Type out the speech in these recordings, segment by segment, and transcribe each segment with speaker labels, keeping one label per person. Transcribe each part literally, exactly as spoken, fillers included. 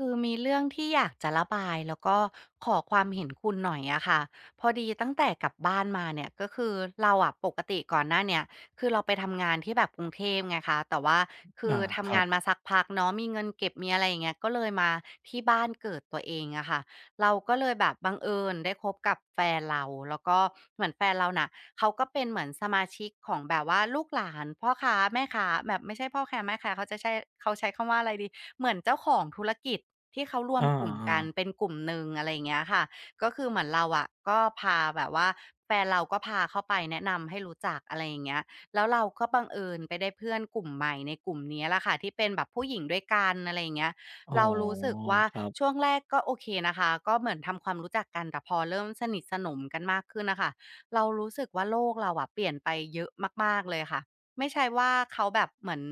Speaker 1: คือมีเรื่องที่อยากจะระบายแล้วก็ขอความเห็นคุณหน่อยอะค่ะพอดีตั้งแต่กลับบ้านมาเนี่ยก็คือเราอะปกติก่อนหน้าเนี่ยคือเราไปทำงานที่แบบกรุงเทพไงคะแต่ว่าคือ
Speaker 2: อาค
Speaker 1: ทำ
Speaker 2: รั
Speaker 1: งาน
Speaker 2: บ
Speaker 1: มาสักพักเนาะมีเงินเก็บมีอะไรอย่างเงี้ยก็เลยมาที่บ้านเกิดตัวเองอะค่ะ เราก็เลยแบบบังเอิญได้คบกับแฟนเราแล้วก็เหมือนแฟนเราน่ะเขาก็เป็นเหมือนสมาชิกของแบบว่าลูกหลานพ่อค้าแม่ค้าแบบไม่ใช่พ่อค้าแม่ค้าเขาจะใช้เขาใช้คำว่าอะไรดีเหมือนเจ้าของธุรกิจที่เขารวม
Speaker 2: อา
Speaker 1: กลุ่มกั
Speaker 2: ๆ
Speaker 1: นเป็นกลุ่มหนึ่งอะไรอย่างเงี้ยค่ะก็คือเหมือนเราอะก็พาแบบว่าแฟนเราก็พาเขาไปแนะนำให้รู้จักอะไรอย่างเงี้ยแล้วเราก็บังเอิญไปได้เพื่อนกลุ่มใหม่ในกลุ่มเนี้ยแหละค่ะที่เป็นแบบผู้หญิงด้วยกันอะไรอย่างเงี้ย
Speaker 2: อ๋อ
Speaker 1: เรารู้สึกว่า
Speaker 2: ครั
Speaker 1: ช่
Speaker 2: บ
Speaker 1: วงแรกก็โอเคนะคะก็เหมือนทำความรู้จักกันแต่พอเริ่มสนิทสนมกันมากขึ้นน่ะค่ะเรารู้สึกว่าโลกเราอะเปลี่ยนไปเยอะมากๆเลยค่ะไม่ใช่ว่าเขาแบบเหมือน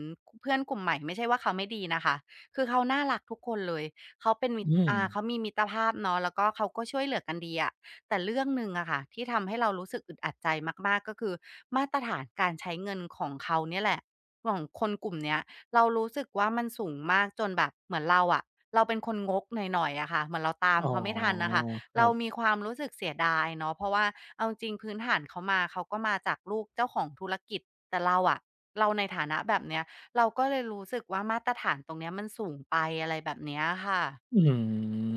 Speaker 1: เพื่อนกลุ่มใหม่ไม่ใช่ว่าเขาไม่ดีนะคะคือเขาน่ารักทุกคนเลยเขาเป็นมิตร
Speaker 2: อืม
Speaker 1: อ่าเขามีมิตรภาพเนาะแล้วก็เขาก็ช่วยเหลือกันดีอะแต่เรื่องหนึ่งอะค่ะที่ทำให้เรารู้สึกอึดอัดใจมากๆก็คือมาตรฐานการใช้เงินของเขาเนี่ยแหละของคนกลุ่มเนี้ย เรารู้สึกว่ามันสูงมากจนแบบเหมือนเราอะเราเป็นคนงกหน่อยๆอะค่ะเหมือนเราตาม
Speaker 2: อ๋อ
Speaker 1: เขาไม่ทันน่ะค่ะ
Speaker 2: ครั
Speaker 1: เรา
Speaker 2: บ
Speaker 1: มีความรู้สึกเสียดายเนาะเพราะว่าเอาจริงๆพื้นฐานเขามาเขาก็มาจากลูกเจ้าของธุรกิจแต่เราอะเราในฐานะแบบเนี้ยเราก็เลยรู้สึกว่ามาตรฐานตรงเนี้ยมันสูงไปอะไรแบบเนี้ยค่ะ
Speaker 2: อืม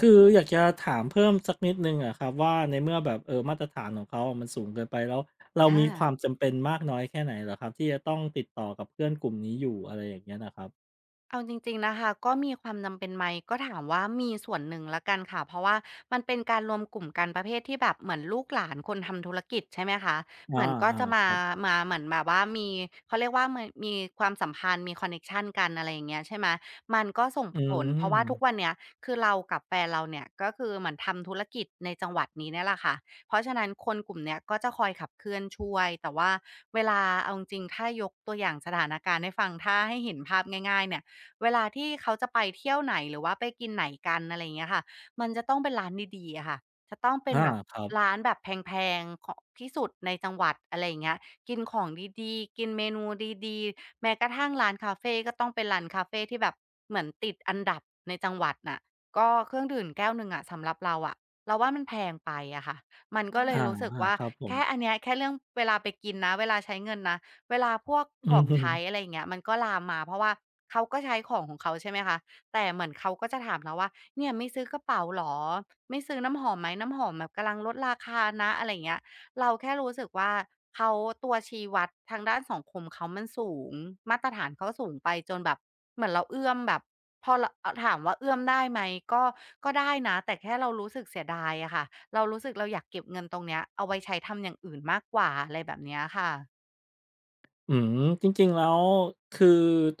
Speaker 2: คืออยากจะถามเพิ่มสักนิดหนึ่งอะครับว่าในเมื่อแบบเอ่อมาตรฐานของเขาอะมันสูงเกินไปแล้วเรา
Speaker 1: อา
Speaker 2: มีความจำเป็นมากน้อยแค่ไหนเหรอครับที่จะต้องติดต่อกับเพื่อนกลุ่มนี้อยู่อะไรอย่างเงี้ยนะครับ
Speaker 1: เอาจริงๆนะคะก็มีความจำเป็นไหมก็ถามว่ามีส่วนหนึ่งแล้วกันค่ะเพราะว่ามันเป็นการรวมกลุ่มกันประเภทที่แบบเหมือนลูกหลานคนทำธุรกิจใช่ไหมคะเห
Speaker 2: อา
Speaker 1: มือนก็จะ
Speaker 2: ๆค
Speaker 1: มา
Speaker 2: รับ
Speaker 1: มาเหมือนแบบว่ามีเขาเรียกว่ามมีความสัมพันธ์มีคอนเน็กชันกันอะไรอย่างเงี้ยใช่ไหมมันก็ส่ง
Speaker 2: อื
Speaker 1: ผลเพราะว่าทุกวั
Speaker 2: ม
Speaker 1: นเนี้ยคือเรากับแฟนเราเนี่ยก็คือเหมือนทำธุรกิจในจังหวัดนี้เนี่ยแหละค่ะเพราะฉะนั้นคนกลุ่มเนี้ยก็จะคอยขับเคลื่อนช่วยแต่ว่าเวลาเอาจริงๆถ้ายกตัวอย่างสถานการณ์ให้ฟังถ้าให้เห็นภาพง่ายๆเนี่ย เวลาที่เขาจะไปเที่ยวไหนหรือว่าไปกินไหนกันอะไรอย่างเงี้ยค่ะมันจะต้องเป็นร้านดีๆอะค่ะจะต้องเป็น
Speaker 2: อา
Speaker 1: แบบ
Speaker 2: ครั
Speaker 1: ร้า
Speaker 2: บ
Speaker 1: นแบบแพงๆขอที่สุดในจังหวัดอะไรอย่างเงี้ยกินของดีๆ กินเมนูดีๆ แม้กระทั่งร้านกาเฟก็ต้องเป็นร้านกาเฟที่แบบเหมือนติดอันดับในจังหวัดน่ะก็เครื่องดื่มแก้วหนึ่งอะสำหรับเราอะเราว่ามันแพงไปอะค่ะมันก็เลย
Speaker 2: อา
Speaker 1: รู้สึกว่า
Speaker 2: ๆครับผม
Speaker 1: แค่อันเนี้ยแค่เรื่องเวลาไปกินนะเวลาใช้เงินนะ เวลาพวก
Speaker 2: อื
Speaker 1: ขอ
Speaker 2: ม
Speaker 1: งใช้อะไรอย่างเงี้ยมันก็ลามมาเพราะว่าเขาก็ใช้ของของเขาใช่ไหมคะแต่เหมือนเขาก็จะถามเราว่าเนี่ยไม่ซื้อกระเป๋าเหรอไม่ซื้อน้ำหอมไหมน้ำหอมแบบกำลังลดราคานะอะไรอย่างเงี้ยเราแค่รู้สึกว่าเขาตัวชี้วัดทางด้านสังคมเขามันสูงมาตรฐานเขาสูงไปจนแบบเหมือนเราเอื้อมแบบพอเราอถามว่าเอื้อมได้ไหมก็ก็ได้นะแต่แค่เรารู้สึกเสียดายอะค่ะเรารู้สึกเราอยากเก็บเงินตรงเนี้ยเอาไว้ใช้ทำอย่างอื่นมากกว่าอะไรแบบเนี้ยค่ะ
Speaker 2: อืมจริงๆแล้วคือ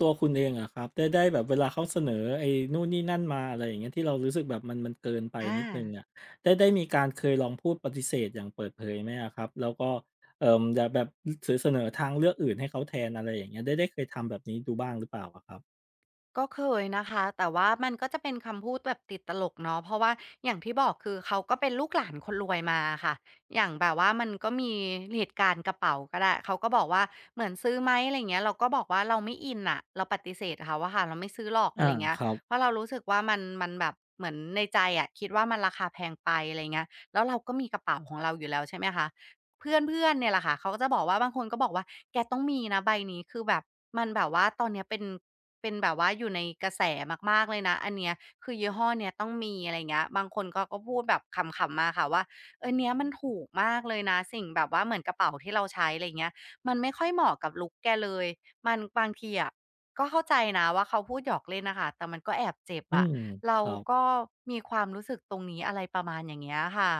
Speaker 2: ตัวคุณเองอะครับได้ได้แบบเวลาเขาเสนอไอ้นู่นนี่นั่นมาอะไรอย่างเงี้ยที่เรารู้สึกแบบมันมันเกินไป
Speaker 1: อา
Speaker 2: นิดหนึ่งอะได้ได้มีการเคยลองพูดปฏิเสธอย่างเปิดเผยไหมอะครับแล้วก็เอ่ออย่าแบบสเสนอทางเลือกอื่นให้เขาแทนอะไรอย่างเงี้ยได้ได้เคยทำแบบนี้ดูบ้างหรือเปล่าอะครับ
Speaker 1: ก็เคยนะคะแต่ว่ามันก็จะเป็นคำพูดแบบติดตลกเนาะเพราะว่าอย่างที่บอกคือเขาก็เป็นลูกหลานคนรวยมาค่ะอย่างแบบว่ามันก็มีเหตุการณ์กระเป๋าก็ได้เขาก็บอกว่าเหมือนซื้อไหมอะไร่เงี้ยเราก็บอกว่าเราไม่อินอะเราปฏิเสธเขาว่าค่ะเราไม่ซื้อหรอกอะ
Speaker 2: อา
Speaker 1: ไรเงี้ย
Speaker 2: ครับ
Speaker 1: เพราะเรารู้สึกว่ามันมันแบบเหมือนในใจอะคิดว่ามันราคาแพงไปอะไรเงี้ยแล้วเราก็มีกระเป๋าของเราอยู่แล้วใช่ไหมคะ เพื่อนๆเนี่ยแหละค่ะเขาก็จะบอกว่าบางคนก็บอกว่าแกต้องมีนะใบนี้คือแบบมันแบบว่าตอนเนี้ยเป็นเป็นแบบว่าอยู่ในกระแสมากๆเลยนะอันเนี้ยคือยี่ห้อเนี้ยต้องมีอะไรอย่างเงี้ยบางคนก็ก็พูดแบบขำๆมาค่ะว่าเออเนี้ยมันถูกมากเลยนะสิ่งแบบว่าเหมือนกระเป๋าที่เราใช้อะไรอย่างเงี้ยมันไม่ค่อยเหมาะกับลุกแกเลยมันบางทีอะก็เข้าใจนะว่าเขาพูดหยอกเล่นนะค่ะแต่มันก็แอบเจ็บ
Speaker 2: อื
Speaker 1: อะ
Speaker 2: มค
Speaker 1: เรา
Speaker 2: รับ
Speaker 1: ก็มีความรู้สึกตรงนี้อะไรประมาณอย่างเงี้ยค่ะ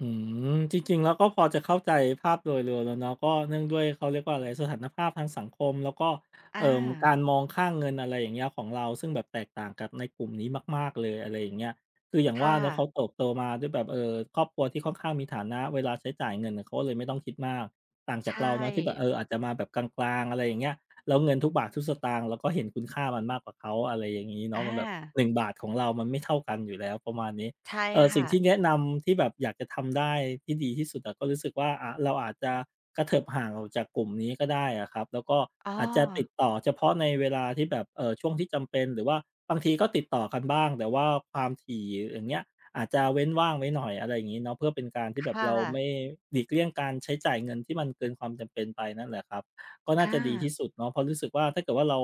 Speaker 2: อืมจริงๆแล้วก็พอจะเข้าใจภาพโดยรวมแล้วเนาะก็เนื่องด้วยเขาเรียกว่าอะไรสถานภาพทางสังคมแล้วก็
Speaker 1: อา
Speaker 2: เอ่อการมองค่าเงินอะไรอย่างเงี้ยของเราซึ่งแบบแตกต่างกับในกลุ่มนี้มากๆเลยอะไรอย่างเงี้ยคืออย่างว่า
Speaker 1: ค่ะ
Speaker 2: เนาะเขาเติบโตมาด้วยแบบเอ่อครอบครัวที่ค่อนข้างมีฐานะเวลาใช้จ่ายเงินน่ะเขาก็เลยไม่ต้องคิดมากต่างจาก
Speaker 1: ใช่
Speaker 2: เราเนาะที่แบบเอออาจจะมาแบบกลางๆอะไรอย่างเงี้ยแล้วเงินทุกบาททุกสตางค์เราก็เห็นคุณค่ามันมากกว่าเขาอะไรอย่างงี้
Speaker 1: อ
Speaker 2: เนาะมันแบบ
Speaker 1: า
Speaker 2: หนึ่งบาทของเรามันไม่เท่ากันอยู่แล้วประมาณนี้
Speaker 1: ใช่
Speaker 2: เอ่อสิ่ง
Speaker 1: ค่ะ
Speaker 2: ที่แนะนำที่แบบอยากจะทำได้ที่ดีที่สุดอะก็รู้สึกว่าอ่ะเราอาจจะกระเถิบห่างออกจากกลุ่มนี้ก็ได้อะครับแล้วก็
Speaker 1: อ๋อ
Speaker 2: อาจจะติดต่อเฉพาะในเวลาที่แบบเออช่วงที่จำเป็นหรือว่าบางทีก็ติดต่อกันบ้างแต่ว่าความถี่อย่างเงี้ยอาจจะเว้นว่างไว้หน่อยอะไรอย่างนี้เนาะเพื่อเป็นการที่แบบ
Speaker 1: ค่ะ
Speaker 2: เราไม่หลีกเลี่ยงการใช้จ่ายเงินที่มันเกินความจำเป็นไปนั่นแหละครับก็น่า
Speaker 1: อา
Speaker 2: จะดีที่สุดเนาะเพราะรู้สึกว่าถ้าเกิดว่าเรา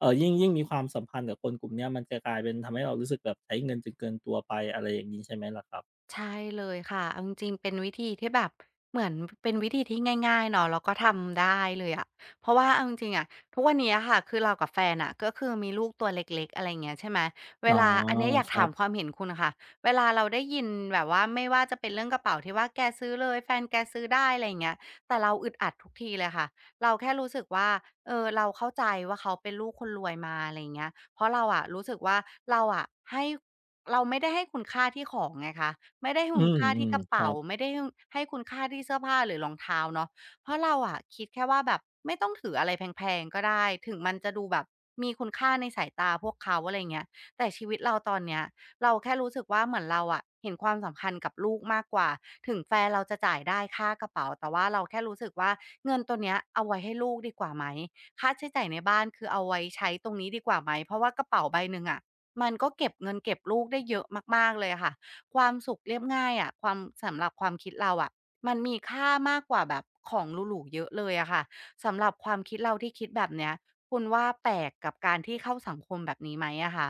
Speaker 2: เออยิ่งยิ่งมีความสัมพันธ์กับคนกลุ่มเนี้ยมันจะกลายเป็นทำให้เรารู้สึกแบบใช้เงินจนเกินตัวไปอะไรอย่างนี้ใช่ไหมล่ะครับ
Speaker 1: ใช่เลยค่ะเอาจริงๆเป็นวิธีที่แบบเหมือนเป็นวิธีที่ง่ายๆเนาะแล้วก็ทำได้เลยอะเพราะว่าเอาจริงๆอะทุกวันนี้อะค่ะคือเรากับแฟนอ่ะก็คือมีลูกตัวเล็กๆอะไรเงี้ยใช่ไหมเว
Speaker 2: อ๋อ
Speaker 1: ลาอันเนี้ยอยาก
Speaker 2: ครั
Speaker 1: ถามค
Speaker 2: บ
Speaker 1: วามเห็นคุณอะค่ะเวลาเราได้ยินแบบว่าไม่ว่าจะเป็นเรื่องกระเป๋าที่ว่าแกซื้อเลยแฟนแกซื้อได้อะไรเงี้ยแต่เราอึดอัดทุกทีเลยค่ะเราแค่รู้สึกว่าเออเราเข้าใจว่าเขาเป็นลูกคนรวยมาอะไรเงี้ยเพราะเราอะรู้สึกว่าเราอะให้เราไม่ได้ให้คุณค่าที่ของไงคะ ไม่ได้ให้
Speaker 2: อื
Speaker 1: คุณ
Speaker 2: ม
Speaker 1: ค่า
Speaker 2: อื
Speaker 1: ที่
Speaker 2: ม
Speaker 1: กระ
Speaker 2: ครั
Speaker 1: เป๋า
Speaker 2: บ
Speaker 1: ไม่ได้ให้ให้คุณค่าที่เสื้อผ้าหรือรองเท้าเนาะเพราะเราอะคิดแค่ว่าแบบไม่ต้องถืออะไรแพงๆก็ได้ถึงมันจะดูแบบมีคุณค่าในสายตาพวกเขาอะไรเงี้ยแต่ชีวิตเราตอนเนี้ยเราแค่รู้สึกว่าเหมือนเราอะเห็นความสำคัญกับลูกมากกว่าถึงแฟนเราจะจ่ายได้ค่ากระเป๋าแต่ว่าเราแค่รู้สึกว่าเงินตัวเนี้ยเอาไว้ให้ลูกดีกว่าไหมค่าใช้จ่ายในบ้านคือเอาไว้ใช้ตรงนี้ดีกว่าไหมเพราะว่ากระเป๋าใบหนึ่งอะมันก็เก็บเงินเก็บลูกได้เยอะมากๆเลยอะค่ะ ความสุขเรียบง่ายอะความสำหรับความคิดเราอะมันมีค่ามากกว่าแบบของหรูๆเยอะเลยอะค่ะสำหรับความคิดเราที่คิดแบบเนี้ยคุณว่าแปลกกับการที่เข้าสังคมแบบนี้ไหมอะคะ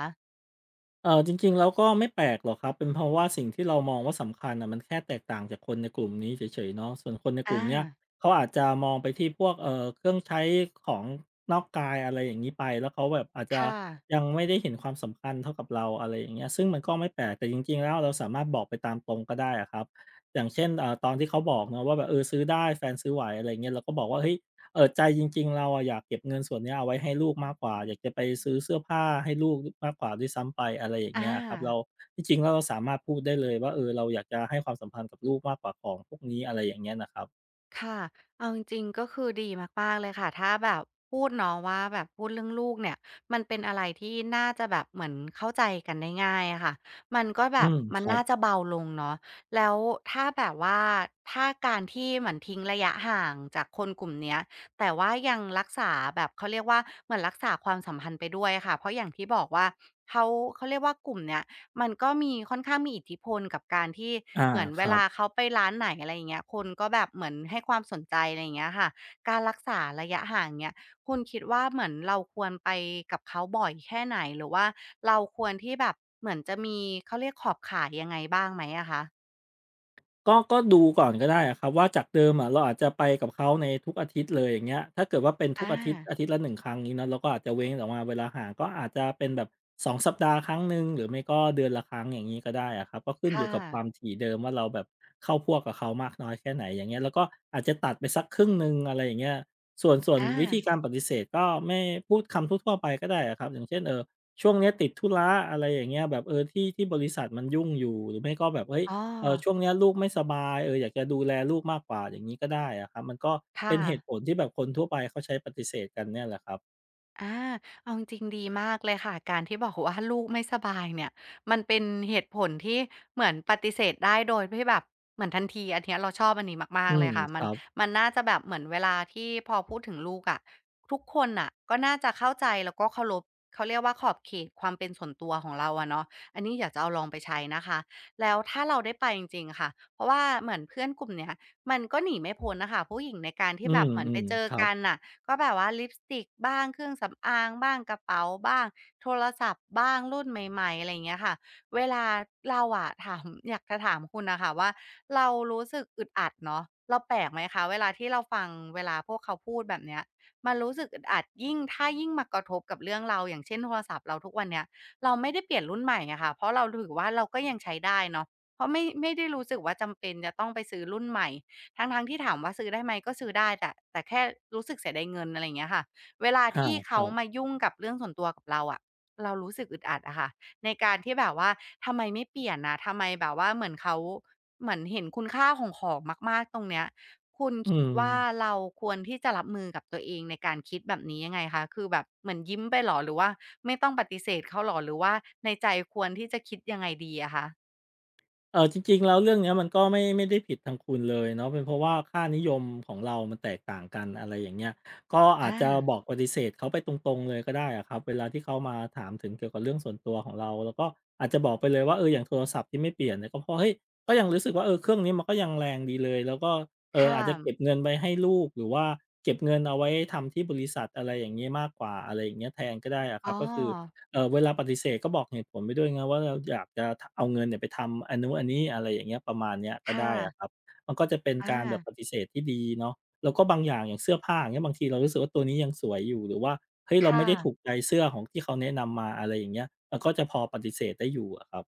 Speaker 2: เออจริงๆแล้วก็ไม่แปลกหรอกครับเป็นเพราะว่าสิ่งที่เรามองว่าสำคัญอ่ะมันแค่แตกต่างจากคนในกลุ่มนี้เฉยๆเนาะส่วนคนในกลุ่
Speaker 1: อา
Speaker 2: มเนี้ยเขาอาจจะมองไปที่พวกเอ่อเครื่องใช้ของนอกกายอะไรอย่างนี้ไปแล้วเขาแบบอาจจะ
Speaker 1: ค่ะ
Speaker 2: ยังไม่ได้เห็นความสำคัญเท่ากับเราอะไรอย่างเงี้ยซึ่งมันก็ไม่แปลกแต่จริงๆแล้วเราสามารถบอกไปตามตรงก็ได้อะครับอย่างเช่นเอ่อตอนที่เขาบอกนะว่าแบบเออซื้อได้แฟนซื้อไหวอะไรเงี้ยเราก็บอกว่าเฮ้ย เออใจจริงๆเราอะอยากเก็บเงินส่วนเนี้ยเอาไว้ให้ลูกมากกว่าอยากจะไปซื้อเสื้อผ้าให้ลูกดมากกว่าด้วยซ้ำไปอะไรอย่าง
Speaker 1: อา
Speaker 2: เงี้ยครับเราที่จริงแล้วเราสามารถพูดได้เลยว่าเออเราอยากจะให้ความสัมพันธ์กับลูกมากกว่าของพวกนี้อะไรอย่างเงี้ยนะครับ
Speaker 1: ค่ะเอาจริงๆก็คือดีมากๆเลยค่ะถ้าแบบพูดเนาะว่าแบบพูดเรื่องลูกเนี่ยมันเป็นอะไรที่น่าจะแบบเหมือนเข้าใจกันได้ง่ายอะค่ะ มันก็แบ
Speaker 2: อื
Speaker 1: บ
Speaker 2: มค
Speaker 1: มัน
Speaker 2: รับ
Speaker 1: น่าจะเบาลงเนาะแล้วถ้าแบบว่าถ้าการที่เหมือนทิ้งระยะห่างจากคนกลุ่มเนี้ยแต่ว่ายังรักษาแบบเขาเรียกว่าเหมือนรักษาความสัมพันธ์ไปด้วยอะค่ะ เพราะอย่างที่บอกว่าเขาเขาเรียกว่ากลุ่มเนี้ย มันก็มีค่อนข้างมีอิทธิพลกับการที่
Speaker 2: อา
Speaker 1: เหมือน
Speaker 2: ค
Speaker 1: เว
Speaker 2: รับ
Speaker 1: ลาเขาไปร้านไหนอะไรอย่างเงี้ยคนก็แบบเหมือนให้ความสนใจอะไรอย่างเงี้ยค่ะการรักษาระยะห่างเนี้ยคุณคิดว่าเหมือนเราควรไปกับเขาบ่อยแค่ไหนหรือว่าเราควรที่แบบเหมือนจะมีเขาเรียกขอบข่ายยังไงบ้างไหมอะคะ
Speaker 2: ก็ก็ดูก่อนก็ได้อะครับว่าจากเดิมอะเราอาจจะไปกับเขาในทุกอาทิตย์เลยอย่างเงี้ยถ้าเกิดว่าเป็น
Speaker 1: อ
Speaker 2: ทุกอาทิตย์
Speaker 1: า
Speaker 2: อาทิตย์ละหนึ่งครั้งนี้เนาะเราก็อาจจะเว้นออกมาเวลาห่างก็อาจจะเป็นแบบสองสัปดาห์ครั้งหนึ่งหรือไม่ก็เดือนละครั้งอย่างงี้ก็ได้อะครับก็ขึ้นอ
Speaker 1: ค่ะ
Speaker 2: ยู่กับความถี่เดิมว่าเราแบบเข้าพวกกับเขามากน้อยแค่ไหนอย่างเงี้ยแล้วก็อาจจะตัดไปสักครึ่งหนึ่งอะไรอย่างเงี้ยส่วนส่วน
Speaker 1: อา
Speaker 2: วิธีการปฏิเสธก็ไม่พูดคำทั่วๆไปก็ได้อะครับอย่างเช่นเอ่อช่วงเนี้ยติดธุระอะไรอย่างเงี้ยแบบเออที่ที่บริษัทมันยุ่งอยู่หรือไม่ก็แบบเฮ้ย
Speaker 1: อ๋อ
Speaker 2: เออช่วงเนี้ยลูกไม่สบายเอออยากจะดูแลลูกมากกว่าอย่างนี้ก็ได้อะครับมันก็เป็
Speaker 1: ค่ะ
Speaker 2: นเหตุผลที่แบบคนทั่วไปเขาใช้ปฏิเสธกันเนี่ยแหละครับ
Speaker 1: อาเอาจริงๆดีมากเลยค่ะการที่บอกว่าลูกไม่สบายเนี่ยมันเป็นเหตุผลที่เหมือนปฏิเสธได้โดยที่แบบเหมือนทันทีอันเนี้ยเราชอบอันนี้มา
Speaker 2: อื
Speaker 1: กๆเล
Speaker 2: ม
Speaker 1: ยค่ะ
Speaker 2: ค
Speaker 1: มัน
Speaker 2: รับ
Speaker 1: มันน่าจะแบบเหมือนเวลาที่พอพูดถึงลูกอะทุกคนน่ะก็น่าจะเข้าใจแล้วก็เคารพเขาเรียกว่าขอบเขตความเป็นส่วนตัวของเราอะเนาะอันนี้อยากจะเอาลองไปใช้นะคะแล้วถ้าเราได้ไปจริงๆค่ะเพราะว่าเหมือนเพื่อนกลุ่มเนี้ยมันก็หนีไม่พ้นน่ะค่ะผู้หญิงในการ
Speaker 2: อื
Speaker 1: ที่แบบเหมือนไป
Speaker 2: ม
Speaker 1: เจอ
Speaker 2: ๆครับ
Speaker 1: กันน่ะ ก็แบบว่าลิปสติกบ้างเครื่องสำอางบ้างกระเป๋าบ้างโทรศัพท์บ้างรุ่นใหม่ๆอะไรอย่างเงี้ยค่ะเวลาเราอะถาม อยากจะถามคุณน่ะค่ะว่าเรารู้สึกอึดอัดเนาะเราแปลกไหมคะเวลาที่เราฟังเวลาพวกเขาพูดแบบเนี้ยมันรู้สึกอึดอัดยิ่งถ้ายิ่งมากระทบกับเรื่องเราอย่างเช่นโทรศัพท์เราทุกวันเนี้ยเราไม่ได้เปลี่ยนรุ่นใหม่อะค่ะเพราะเราถือว่าเราก็ยังใช้ได้เนาะเพราะไม่ไม่ได้รู้สึกว่าจำเป็นจะต้องไปซื้อรุ่นใหม่ ทั้งๆที่ถามว่าซื้อได้ไหมก็ซื้อได้แต่แต่แค่รู้สึกเสียดายเงินอะไรอย่างเงี้ยค่ะเวลา
Speaker 2: อา
Speaker 1: ที่
Speaker 2: ค
Speaker 1: เขา
Speaker 2: รั
Speaker 1: มา
Speaker 2: บ
Speaker 1: ยุ่งกับเรื่องส่วนตัวกับเราอะเรารู้สึกอึดอัดอะค่ะในการที่แบบว่าทำไมไม่เปลี่ยนนะทำไมแบบว่าเหมือนเขาเหมือนเห็นคุณค่าของของมากๆตรงเนี้ยคุณ
Speaker 2: อื
Speaker 1: คิด
Speaker 2: ม
Speaker 1: ว่าเราควรที่จะรับมือกับตัวเองในการคิดแบบนี้ยังไงคะคือแบบเหมือนยิ้มไปเหรอหรือว่าไม่ต้องปฏิเสธเขาเหรอหรือว่าในใจควรที่จะคิดยังไงดีอะคะ
Speaker 2: เออจริงๆแล้วเรื่องเนี้ยมันก็ไม่ไม่ได้ผิดทางคุณเลยเนาะเป็นเพราะว่าค่านิยมของเรามันแตกต่างกันอะไรอย่างเงี้ยก็อาจ
Speaker 1: อา
Speaker 2: จะบอกปฏิเสธเขาไปตรงๆเลยก็ได้อะครับเวลาที่เขามาถามถึงเกี่ยวกับเรื่องส่วนตัวของเราแลรวก็อาจจะบอกไปเลยว่าเอออย่างโทรศัพท์ที่ไม่เปลี่ยนเนี่ยก็เพราะเฮ้ยก็ยังรู้สึกว่าเออเครื่องนี้มันก็ยังแรงดีเลยแล้วก็เออ
Speaker 1: ค่ะ
Speaker 2: อาจจะเก็บเงินไปให้ลูกหรือว่าเก็บเงินเอาไว้ทำที่บริษัทอะไรอย่างเงี้ยมากกว่าอะไรอย่างเงี้ยแทนก็ได้อะค
Speaker 1: อ๋
Speaker 2: รั
Speaker 1: อ
Speaker 2: บก็คือ เออเวลาปฏิเสธก็บอกเหตุผลไปด้วยนงว่าเราอยากจะเอาเงินเนี่ยไปทำอันนู้นอันนี้อะไรอย่างเงี้ยประมาณเนี้ยก็
Speaker 1: ค่ะ
Speaker 2: ได้อะครับมันก็จะเป็นการแบบ
Speaker 1: อา
Speaker 2: ปฏิเสธที่ดีเนาะแล้วก็บางอย่างอย่างเสื้อผ้าอย่างเงี้ยบางทีเรารู้สึกว่าตัวนี้ยังสวยอยู่หรือว่าเฮ้ยเราไม่
Speaker 1: ค่ะ
Speaker 2: ได้ถูกใจเสื้อของที่เขาแนะนำมาอะไรอย่างเงี้ยมันก็จะพอปฏิเสธได้อยู่อะครับ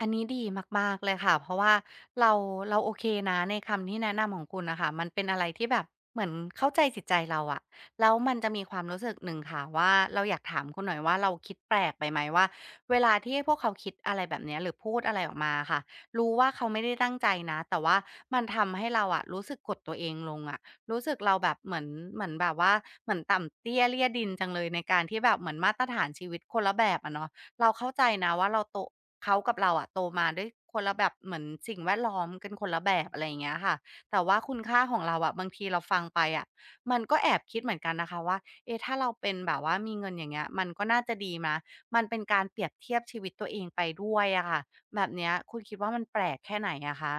Speaker 1: อันนี้ดีมากๆเลยค่ะ เพราะว่าเราเราโอเคนะในคำที่แนะนำของคุณน่ะค่ะมันเป็นอะไรที่แบบเหมือนเข้าใจจิตใจเราอะแล้วมันจะมีความรู้สึกหนึ่งค่ะว่าเราอยากถามคุณหน่อยว่าเราคิดแปลกไปไหมว่าเวลาที่พวกเขาคิดอะไรแบบเนี้ยหรือพูดอะไรออกมาอะค่ะรู้ว่าเขาไม่ได้ตั้งใจนะแต่ว่ามันทำให้เราอะรู้สึกกดตัวเองลงอะรู้สึกเราแบบเหมือนเหมือนแบบว่าเหมือนต่ำเตี้ยเลี่ยดินจังเลยในการที่แบบเหมือนมาตรฐานชีวิตคนละแบบอะเนาะเราเข้าใจนะว่าเราโต เขากับเราอะโตมาด้วยคนละแบบเหมือนสิ่งแวดล้อมกันคนละแบบอะไรอย่างเงี้ยค่ะแต่ว่าคุณค่าของเราอะบางทีเราฟังไปอะมันก็แอบคิดเหมือนกันนะคะว่าเอ๊ะถ้าเราเป็นแบบว่ามีเงินอย่างเงี้ยมันก็น่าจะดีนะมันเป็นการเปรียบเทียบชีวิตตัวเองไปด้วยอะค่ะแบบเนี้ยคุณคิดว่ามันแปลกแค่ไหนอะคะ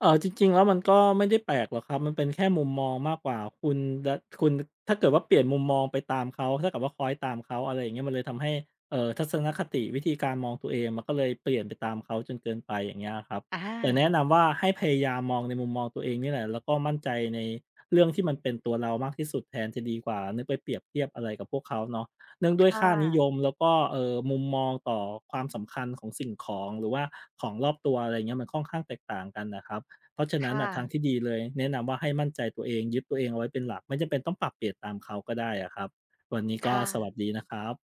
Speaker 2: เออจริงๆแล้วมันก็ไม่ได้แปลกหรอกครับมันเป็นแค่มุมมองมากกว่าคุณดะคุณถ้าเกิดว่าเปลี่ยนมุมมองไปตามเขาถ้่เกิดว่าคล้อยตามเขาอะไรอย่างเงี้ยมันเลยทำให้เอ่อทัศนคติวิธีการมองตัวเองมันก็เลยเปลี่ยนไปตามเขาจนเกินไปอย่างเงี้ยครับ
Speaker 1: อ
Speaker 2: แต่แนะ
Speaker 1: า
Speaker 2: นำว่าให้พยายามมองในมุมมองตัวเองนี่แหละแล้วก็มั่นใจในเรื่องที่มันเป็นตัวเรามากที่สุดแทนจะดีกว่านึกไปเปรียบเทียบอะไรกับพวกเขาเนาะเนื่องด้วย
Speaker 1: ค่ะ
Speaker 2: ค่านิยมแล้วก็เอ่อมุมมองต่อความสำคัญของสิ่งของหรือว่าของรอบตัวอะไร่เงี้ยมันค่อนข้างแตกต่างกันนะครับ เพราะฉะนั้น
Speaker 1: ค่ะ
Speaker 2: น่ะทางที่ดีเลยแนะนำว่าให้มั่นใจตัวเองยึดตัวเองเอาไว้เป็นหลักไม่จำเป็นต้องปรับเปลี่ยนตามเขาก็ได้อะครับวันนี้ก็สวัส
Speaker 1: ค่ะ
Speaker 2: ดีนะครับ